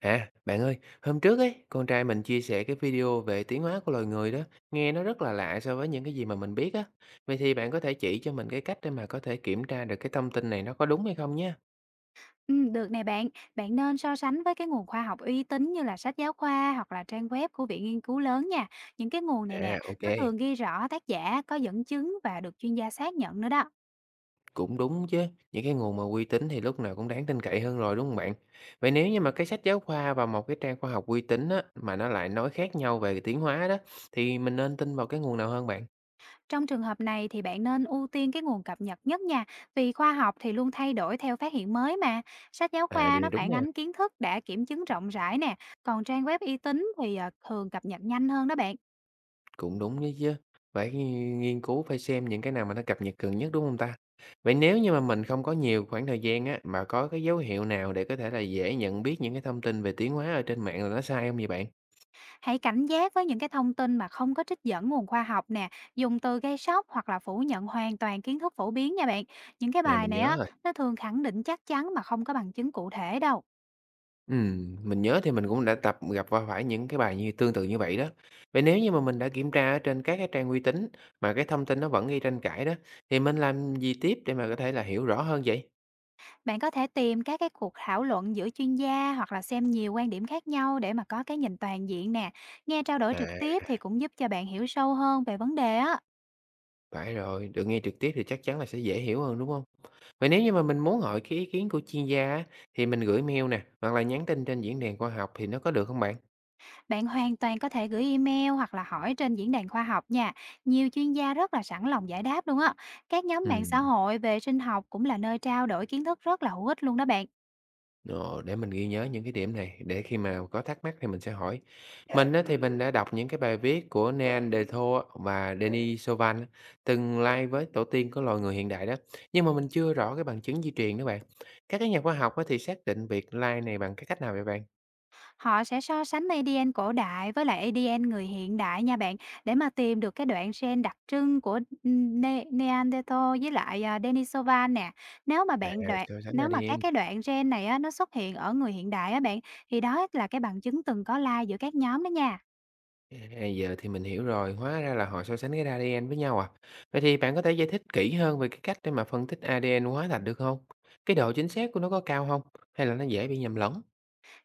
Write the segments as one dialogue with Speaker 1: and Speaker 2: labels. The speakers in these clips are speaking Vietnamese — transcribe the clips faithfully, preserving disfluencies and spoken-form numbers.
Speaker 1: À, bạn ơi, hôm trước ấy, con trai mình chia sẻ cái video về tiến hóa của loài người đó, nghe nó rất là lạ so với những cái gì mà mình biết á. Vậy thì bạn có thể chỉ cho mình cái cách để mà có thể kiểm tra được cái thông tin này nó có đúng hay không nhé?
Speaker 2: Ừm, được nè bạn. Bạn nên so sánh với cái nguồn khoa học uy tín như là sách giáo khoa hoặc là trang web của viện nghiên cứu lớn nha. Những cái nguồn này
Speaker 1: À,
Speaker 2: nè,
Speaker 1: ok,
Speaker 2: nó thường ghi rõ tác giả, có dẫn chứng và được chuyên gia xác nhận nữa đó.
Speaker 1: cũng đúng chứ. Những cái nguồn mà uy tín thì lúc nào cũng đáng tin cậy hơn rồi đúng không bạn? Vậy nếu như mà cái sách giáo khoa và một cái trang khoa học uy tín á, mà nó lại nói khác nhau về tiến hóa đó, thì mình nên tin vào cái nguồn nào hơn bạn?
Speaker 2: Trong trường hợp này thì bạn nên ưu tiên cái nguồn cập nhật nhất nha, vì khoa học thì luôn thay đổi theo phát hiện mới mà. Sách giáo
Speaker 1: À, điều
Speaker 2: khoa
Speaker 1: này
Speaker 2: nó
Speaker 1: đúng
Speaker 2: phản
Speaker 1: nè.
Speaker 2: ánh kiến thức đã kiểm chứng rộng rãi nè, còn trang web uy tín thì ờ, thường cập nhật nhanh hơn đó bạn.
Speaker 1: Cũng đúng đấy chứ, phải nghiên cứu, phải xem những cái nào mà nó cập nhật gần nhất, đúng không ta? Vậy nếu như mà mình không có nhiều khoảng thời gian á, mà có cái dấu hiệu nào để có thể là dễ nhận biết những cái thông tin về tiến hóa ở trên mạng là nó sai không vậy bạn?
Speaker 2: Hãy cảnh giác với những cái thông tin mà không có trích dẫn nguồn khoa học nè, dùng từ gây sốc hoặc là phủ nhận hoàn toàn kiến thức phổ biến nha bạn. Những cái
Speaker 1: À,
Speaker 2: bài
Speaker 1: mình
Speaker 2: này
Speaker 1: nhớ
Speaker 2: á,
Speaker 1: rồi,
Speaker 2: nó thường khẳng định chắc chắn mà không có bằng chứng cụ thể đâu.
Speaker 1: ừm, mình nhớ thì mình cũng đã tập gặp va phải những cái bài như tương tự như vậy đó. Vậy nếu như mà mình đã kiểm tra ở trên các cái trang uy tín mà cái thông tin nó vẫn gây tranh cãi đó, thì mình làm gì tiếp để mà có thể là hiểu rõ hơn vậy?
Speaker 2: Bạn có thể tìm các cái cuộc thảo luận giữa chuyên gia hoặc là xem nhiều quan điểm khác nhau để mà có cái nhìn toàn diện nè. Nghe trao đổi
Speaker 1: À.
Speaker 2: trực tiếp thì cũng giúp cho bạn hiểu sâu hơn về vấn đề á.
Speaker 1: Phải rồi, được nghe trực tiếp thì chắc chắn là sẽ dễ hiểu hơn, đúng không? Vậy nếu như mà mình muốn hỏi cái ý kiến của chuyên gia á, thì mình gửi mail nè, hoặc là nhắn tin trên diễn đàn khoa học thì nó có được không bạn?
Speaker 2: Bạn hoàn toàn có thể gửi email hoặc là hỏi trên diễn đàn khoa học nha. Nhiều chuyên gia rất là sẵn lòng giải đáp luôn á. Các nhóm mạng xã
Speaker 1: Ừm.
Speaker 2: hội về sinh học cũng là nơi trao đổi kiến thức rất là hữu ích luôn đó bạn.
Speaker 1: Ờ, để mình ghi nhớ những cái điểm này, để khi mà có thắc mắc thì mình sẽ hỏi. Mình á, thì mình đã đọc những cái bài viết của Neal Defoe và Denis Sovin từng lai với tổ tiên của loài người hiện đại đó, nhưng mà mình chưa rõ cái bằng chứng di truyền đó bạn. Các cái nhà khoa học á, thì xác định việc lai này bằng cái cách nào vậy bạn?
Speaker 2: Họ sẽ so sánh ây đi en cổ đại với lại ây đi en người hiện đại nha bạn, để mà tìm được cái đoạn gen đặc trưng của Ne- Neanderthal với lại à, Denisova nè. Nếu mà
Speaker 1: À,
Speaker 2: bạn đoạn
Speaker 1: so sánh
Speaker 2: nếu mà
Speaker 1: a dê en.
Speaker 2: các cái đoạn gen này á, nó xuất hiện ở người hiện đại á bạn, thì đó là cái bằng chứng từng có lai giữa các nhóm đó nha.
Speaker 1: À, giờ thì mình hiểu rồi, hóa ra là họ so sánh cái a dê en với nhau à. Vậy thì bạn có thể giải thích kỹ hơn về cái cách để mà phân tích a dê en hóa thạch được không? Cái độ chính xác của nó có cao không? Hay là nó dễ bị nhầm lẫn?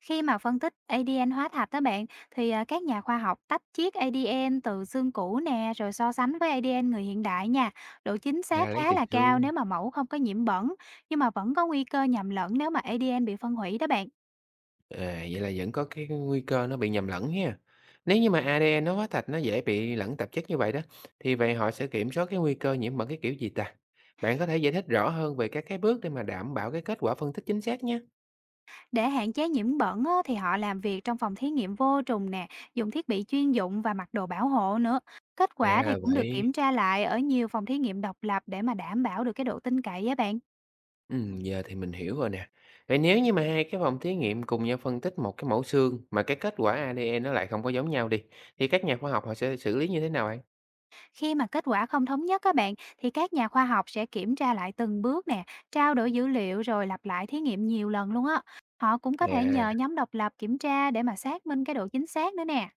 Speaker 2: Khi mà phân tích a đê en hóa thạch đó bạn, thì à, các nhà khoa học tách chiết a đê en từ xương cũ nè, rồi so sánh với ây đi en người hiện đại nha. Độ chính
Speaker 1: Ra
Speaker 2: xác
Speaker 1: lấy
Speaker 2: khá
Speaker 1: từ
Speaker 2: là cao
Speaker 1: xương.
Speaker 2: nếu mà mẫu không có nhiễm bẩn, nhưng mà vẫn có nguy cơ nhầm lẫn nếu mà a đê en bị phân hủy đó bạn.
Speaker 1: À, vậy là vẫn có cái nguy cơ nó bị nhầm lẫn ha. Nếu như mà a dê en nó hóa thạch nó dễ bị lẫn tạp chất như vậy đó, thì vậy họ sẽ kiểm soát cái nguy cơ nhiễm bệnh cái kiểu gì ta? Bạn có thể giải thích rõ hơn về các cái bước để mà đảm bảo cái kết quả phân tích chính xác nhé.
Speaker 2: Để hạn chế nhiễm bẩn á, thì họ làm việc trong phòng thí nghiệm vô trùng nè, dùng thiết bị chuyên dụng và mặc đồ bảo hộ nữa. Kết
Speaker 1: À
Speaker 2: quả thì
Speaker 1: là
Speaker 2: cũng được
Speaker 1: vậy.
Speaker 2: kiểm tra lại ở nhiều phòng thí nghiệm độc lập để mà đảm bảo được cái độ tin cậy á bạn.
Speaker 1: Ừm, giờ thì mình hiểu rồi nè. Vậy nếu như mà hai cái phòng thí nghiệm cùng nhau phân tích một cái mẫu xương mà cái kết quả a dê en nó lại không có giống nhau đi, thì các nhà khoa học họ sẽ xử lý như thế nào anh?
Speaker 2: Khi mà kết quả không thống nhất các bạn, thì các nhà khoa học sẽ kiểm tra lại từng bước nè, trao đổi dữ liệu rồi lặp lại thí nghiệm nhiều lần luôn á. Họ cũng có thể nhờ
Speaker 1: À,
Speaker 2: nhóm độc lập kiểm tra để mà xác minh cái độ chính xác nữa nè.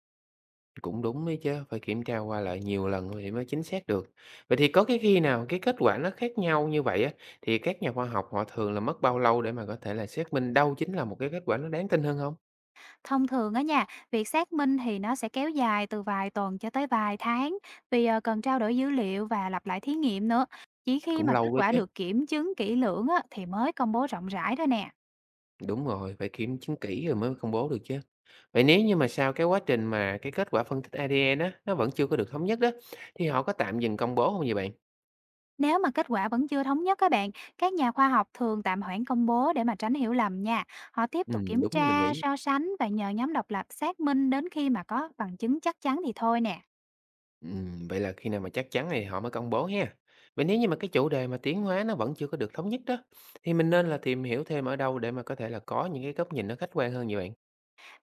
Speaker 1: cũng đúng đấy chứ, phải kiểm tra qua lại nhiều lần rồi thì mới chính xác được. Vậy thì có cái khi nào cái kết quả nó khác nhau như vậy á, thì các nhà khoa học họ thường là mất bao lâu để mà có thể là xác minh đâu chính là một cái kết quả nó đáng tin hơn không?
Speaker 2: Thông thường á nha, việc xác minh thì nó sẽ kéo dài từ vài tuần cho tới vài tháng, vì ờ, cần trao đổi dữ liệu và lặp lại thí nghiệm nữa. Chỉ khi
Speaker 1: Cũng
Speaker 2: mà kết
Speaker 1: lâu đó
Speaker 2: quả
Speaker 1: chứ.
Speaker 2: được kiểm chứng kỹ lưỡng á, thì mới công bố rộng rãi thôi nè.
Speaker 1: Đúng rồi, phải kiểm chứng kỹ rồi mới công bố được chứ. Vậy nếu như mà sau cái quá trình mà cái kết quả phân tích a dê en á, nó vẫn chưa có được thống nhất đó, thì họ có tạm dừng công bố không vậy bạn?
Speaker 2: Nếu mà kết quả vẫn chưa thống nhất các bạn, các nhà khoa học thường tạm hoãn công bố để mà tránh hiểu lầm nha. Họ tiếp tục
Speaker 1: Ừm,
Speaker 2: kiểm
Speaker 1: đúng như mình
Speaker 2: tra,
Speaker 1: nghĩ.
Speaker 2: so sánh và nhờ nhóm độc lập xác minh đến khi mà có bằng chứng chắc chắn thì thôi nè.
Speaker 1: Ừm, vậy là khi nào mà chắc chắn thì họ mới công bố ha. Vậy nếu như mà cái chủ đề mà tiến hóa nó vẫn chưa có được thống nhất đó, thì mình nên là tìm hiểu thêm ở đâu để mà có thể là có những cái góc nhìn nó khách quan hơn vậy bạn?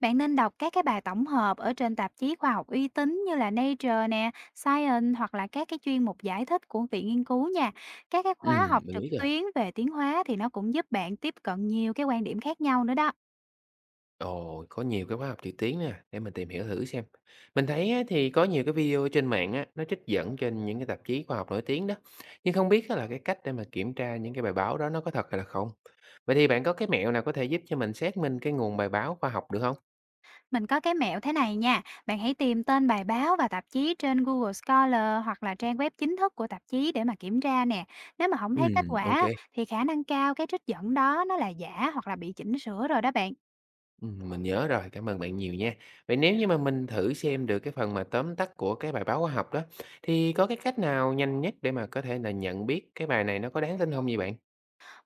Speaker 2: Bạn nên đọc các cái bài tổng hợp ở trên tạp chí khoa học uy tín như là Nature nè, Science hoặc là các cái chuyên mục giải thích của viện nghiên cứu nha. Các cái
Speaker 1: Ừm,
Speaker 2: khóa học
Speaker 1: mình
Speaker 2: trực
Speaker 1: nghĩ rồi.
Speaker 2: tuyến về tiến hóa thì nó cũng giúp bạn tiếp cận nhiều cái quan điểm khác nhau nữa đó.
Speaker 1: Ồ, có nhiều cái khóa học trực tuyến nè, để mình tìm hiểu thử xem. Mình thấy á, thì có nhiều cái video trên mạng á, nó trích dẫn trên những cái tạp chí khoa học nổi tiếng đó. Nhưng không biết á, là cái cách để mà kiểm tra những cái bài báo đó nó có thật hay là không. Vậy thì bạn có cái mẹo nào có thể giúp cho mình xác minh cái nguồn bài báo khoa học được không?
Speaker 2: Mình có cái mẹo thế này nha, bạn hãy tìm tên bài báo và tạp chí trên Google Scholar hoặc là trang web chính thức của tạp chí để mà kiểm tra nè. Nếu mà không
Speaker 1: Ừ,
Speaker 2: thấy kết
Speaker 1: ok.
Speaker 2: quả, thì khả năng cao cái trích dẫn đó nó là giả hoặc là bị chỉnh sửa rồi đó bạn.
Speaker 1: Ừ, mình nhớ rồi, cảm ơn bạn nhiều nha. Vậy nếu như mà mình thử xem được cái phần mà tóm tắt của cái bài báo khoa học đó, thì có cái cách nào nhanh nhất để mà có thể là nhận biết cái bài này nó có đáng tin không vậy bạn?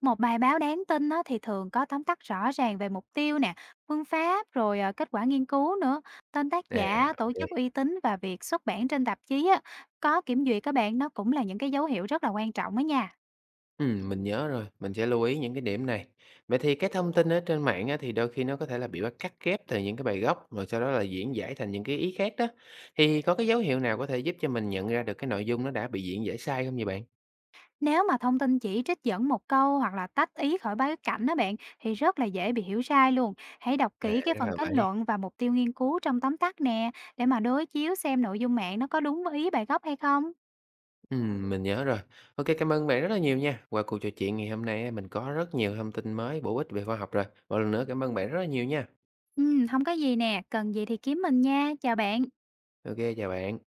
Speaker 2: Một bài báo đáng tin á, thì thường có tóm tắt rõ ràng về mục tiêu nè, phương pháp rồi ờ, kết quả nghiên cứu nữa, tên tác
Speaker 1: À,
Speaker 2: giả, tổ
Speaker 1: ok.
Speaker 2: chức uy tín và việc xuất bản trên tạp chí á, có kiểm duyệt các bạn, nó cũng là những cái dấu hiệu rất là quan trọng đó nha.
Speaker 1: Ừm, mình nhớ rồi, mình sẽ lưu ý những cái điểm này. Vậy thì cái thông tin ở trên mạng á, thì đôi khi nó có thể là bị bắt cắt ghép từ những cái bài gốc, rồi sau đó là diễn giải thành những cái ý khác đó. Thì có cái dấu hiệu nào có thể giúp cho mình nhận ra được cái nội dung nó đã bị diễn giải sai không vậy bạn?
Speaker 2: Nếu mà thông tin chỉ trích dẫn một câu hoặc là tách ý khỏi bối cảnh đó bạn, thì rất là dễ bị hiểu sai luôn. Hãy đọc
Speaker 1: À,
Speaker 2: kỹ cái
Speaker 1: ra là
Speaker 2: phần kết
Speaker 1: vậy.
Speaker 2: luận và mục tiêu nghiên cứu trong tóm tắt nè, để mà đối chiếu xem nội dung mạng nó có đúng với ý bài gốc hay không.
Speaker 1: Ừm, mình nhớ rồi. OK, cảm ơn bạn rất là nhiều nha. Qua cuộc trò chuyện ngày hôm nay á, mình có rất nhiều thông tin mới bổ ích về khoa học rồi. Một lần nữa cảm ơn bạn rất là nhiều nha.
Speaker 2: Ừ, không có gì nè, cần gì thì kiếm mình nha. Chào bạn.
Speaker 1: OK, chào bạn.